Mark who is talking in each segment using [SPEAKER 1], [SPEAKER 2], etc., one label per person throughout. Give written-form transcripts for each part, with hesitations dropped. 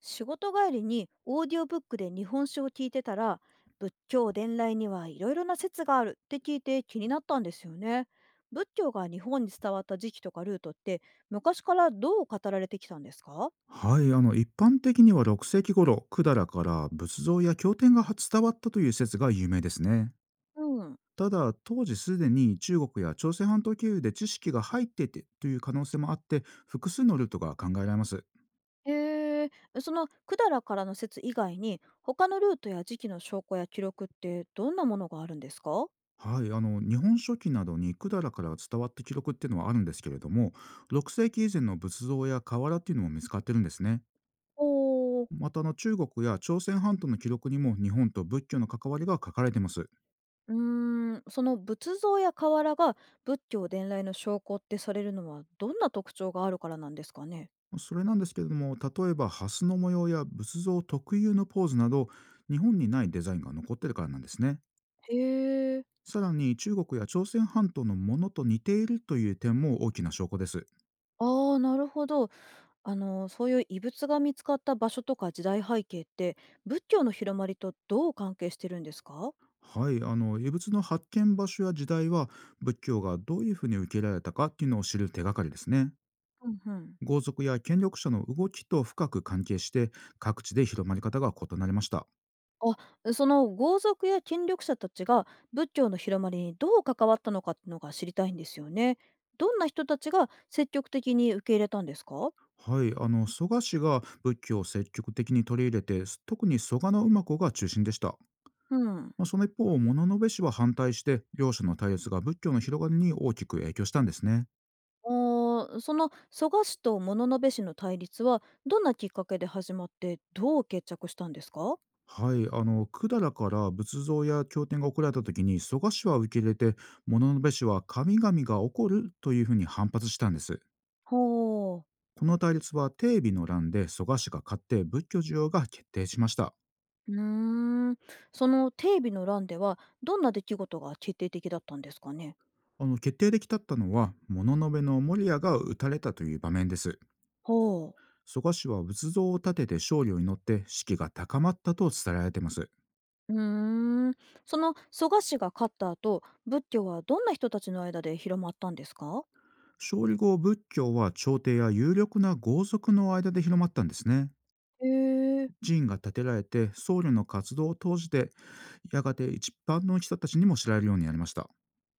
[SPEAKER 1] 仕事帰りにオーディオブックで日本史を聞いてたら、仏教伝来にはいろいろな説があるって聞いて気になったんですよね。仏教が日本に伝わった時期とかルートって昔からどう語られてきたんですか？
[SPEAKER 2] はい、一般的には6世紀頃、百済から仏像や経典が伝わったという説が有名ですね。
[SPEAKER 1] うん。
[SPEAKER 2] ただ、当時すでに中国や朝鮮半島経由で知識が入っていてという可能性もあって、複数のルートが考えられます。
[SPEAKER 1] へえ。その百済からの説以外に他のルートや時期の証拠や記録ってどんなものがあるんですか？
[SPEAKER 2] はい、日本書紀などに百済から伝わった記録っていうのはあるんですけれども、6世紀以前の仏像や瓦っていうのも見つかってるんですね。
[SPEAKER 1] おおー。
[SPEAKER 2] また中国や朝鮮半島の記録にも、日本と仏教の関わりが書かれてます。
[SPEAKER 1] うーん。その仏像や瓦が仏教伝来の証拠ってされるのはどんな特徴があるからなんですかね？
[SPEAKER 2] それなんですけれども、例えば蓮の模様や仏像特有のポーズなど、日本にないデザインが残ってるからなんですね。
[SPEAKER 1] へえ。
[SPEAKER 2] さらに、中国や朝鮮半島のものと似ているという点も大きな証拠です。
[SPEAKER 1] ああ、なるほど。そういう遺物が見つかった場所とか時代背景って、仏教の広まりとどう関係してるんですか？
[SPEAKER 2] はい、遺物の発見場所や時代は、仏教がどういうふうに受け入れられたかっていうのを知る手がかりですね。
[SPEAKER 1] うん、うん。
[SPEAKER 2] 豪族や権力者の動きと深く関係して、各地で広まり方が異なりました。
[SPEAKER 1] あ、その豪族や権力者たちが仏教の広まりにどう関わったのかっていうのが知りたいんですよね。どんな人たちが積極的に受け入れたんですか？
[SPEAKER 2] はい、蘇我氏が仏教を積極的に取り入れて、特に蘇我の馬子が中心でした。
[SPEAKER 1] うん。
[SPEAKER 2] その一方、物部氏は反対して、両者の対立が仏教の広がりに大きく影響したんですね。
[SPEAKER 1] あー、その蘇我氏と物部氏の対立はどんなきっかけで始まって、どう決着したんですか？
[SPEAKER 2] はい、百済から仏像や経典が送られた時に、蘇我氏は受け入れて、物部氏は神々が怒るというふうに反発したんです。
[SPEAKER 1] ほう。
[SPEAKER 2] この対立は定備の乱で蘇我氏が勝って、仏教需要が決定しました。
[SPEAKER 1] うーん、そのテレビの欄では、どんな出来事が決定的だったんですかね？
[SPEAKER 2] 決定できたったのは、物部の守屋が討たれたという場面です。
[SPEAKER 1] ほう。
[SPEAKER 2] 蘇我氏は仏像を建てて勝利を祈って、士気が高まったと伝えられています。
[SPEAKER 1] うーん、その蘇我氏が勝った後、仏教はどんな人たちの間で広まったんですか？
[SPEAKER 2] 勝利後、仏教は朝廷や有力な豪族の間で広まったんですね。
[SPEAKER 1] へえ。
[SPEAKER 2] 寺院が建てられて、僧侶の活動を通じて、やがて一般の人たちにも知られるようになりました。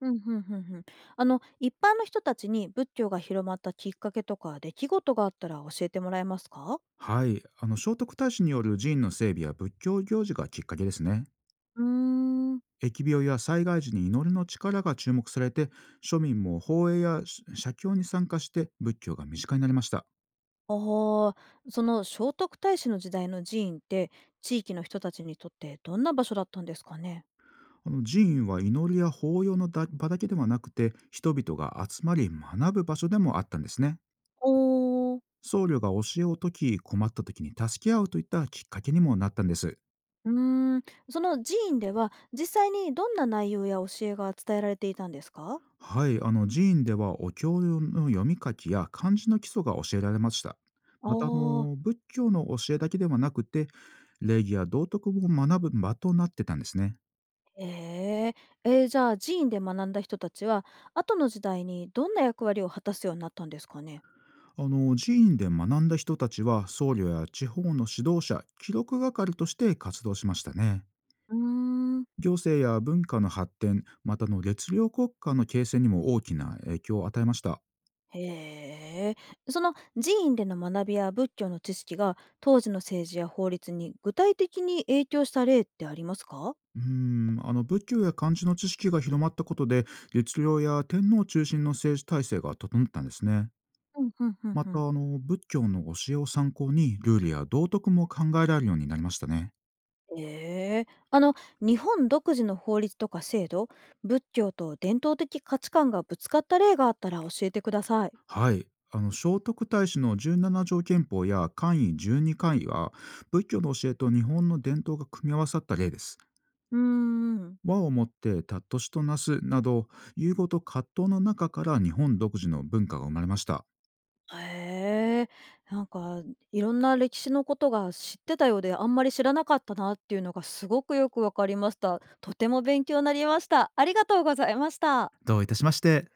[SPEAKER 1] うん、うんうんうん。一般の人たちに仏教が広まったきっかけとか出来事があったら教えてもらえますか？
[SPEAKER 2] はい、聖徳太子による寺院の整備や仏教行事がきっかけですね。
[SPEAKER 1] うーん。
[SPEAKER 2] 疫病や災害時に祈りの力が注目されて、庶民も法営や写経に参加して、仏教が身近になりました。
[SPEAKER 1] ああ、その聖徳太子の時代の寺院って、地域の人たちにとってどんな場所だったんですかね？
[SPEAKER 2] 寺院は祈りや法要のだ場だけではなくて、人々が集まり学ぶ場所でもあったんですね。
[SPEAKER 1] おお。
[SPEAKER 2] 僧侶が教えを解き、困った時に助け合うといったきっかけにもなったんです。
[SPEAKER 1] うーん、その寺院では実際にどんな内容や教えが伝えられていたんですか？
[SPEAKER 2] はい、寺院ではお経の読み書きや漢字の基礎が教えられました。
[SPEAKER 1] あ
[SPEAKER 2] また
[SPEAKER 1] あ。
[SPEAKER 2] 仏教の教えだけではなくて、礼儀や道徳も学ぶ場となってたんですね。
[SPEAKER 1] へえ。じゃあ寺院で学んだ人たちは後の時代にどんな役割を果たすようになったんですかね？
[SPEAKER 2] 寺院で学んだ人たちは、僧侶や地方の指導者、記録係として活動しましたね。
[SPEAKER 1] うーん。
[SPEAKER 2] 行政や文化の発展、また列領国家の形成にも大きな影響を与えました。
[SPEAKER 1] へえ。その寺院での学びや仏教の知識が当時の政治や法律に具体的に影響した例ってありますか？
[SPEAKER 2] 仏教や漢字の知識が広まったことで、律令や天皇中心の政治体制が整ったんですね。
[SPEAKER 1] うんうんうん
[SPEAKER 2] ま
[SPEAKER 1] うん。
[SPEAKER 2] た仏教の教えを参考に、ルールや道徳も考えられるようになりましたね。
[SPEAKER 1] ええ、日本独自の法律とか制度、仏教と伝統的価値観がぶつかった例があったら教えてください。
[SPEAKER 2] はい、聖徳太子の十七条憲法や簡位十二簡位は、仏教の教えと日本の伝統が組み合わさった例です。
[SPEAKER 1] うーん。
[SPEAKER 2] 和をもって尊しとなすなど、融合と葛藤の中から日本独自の文化が生まれました。
[SPEAKER 1] へえ、なんかいろんな歴史のことが知ってたようであんまり知らなかったなっていうのがすごくよくわかりました。とても勉強になりました。ありがとうございました。
[SPEAKER 2] どういたしまして。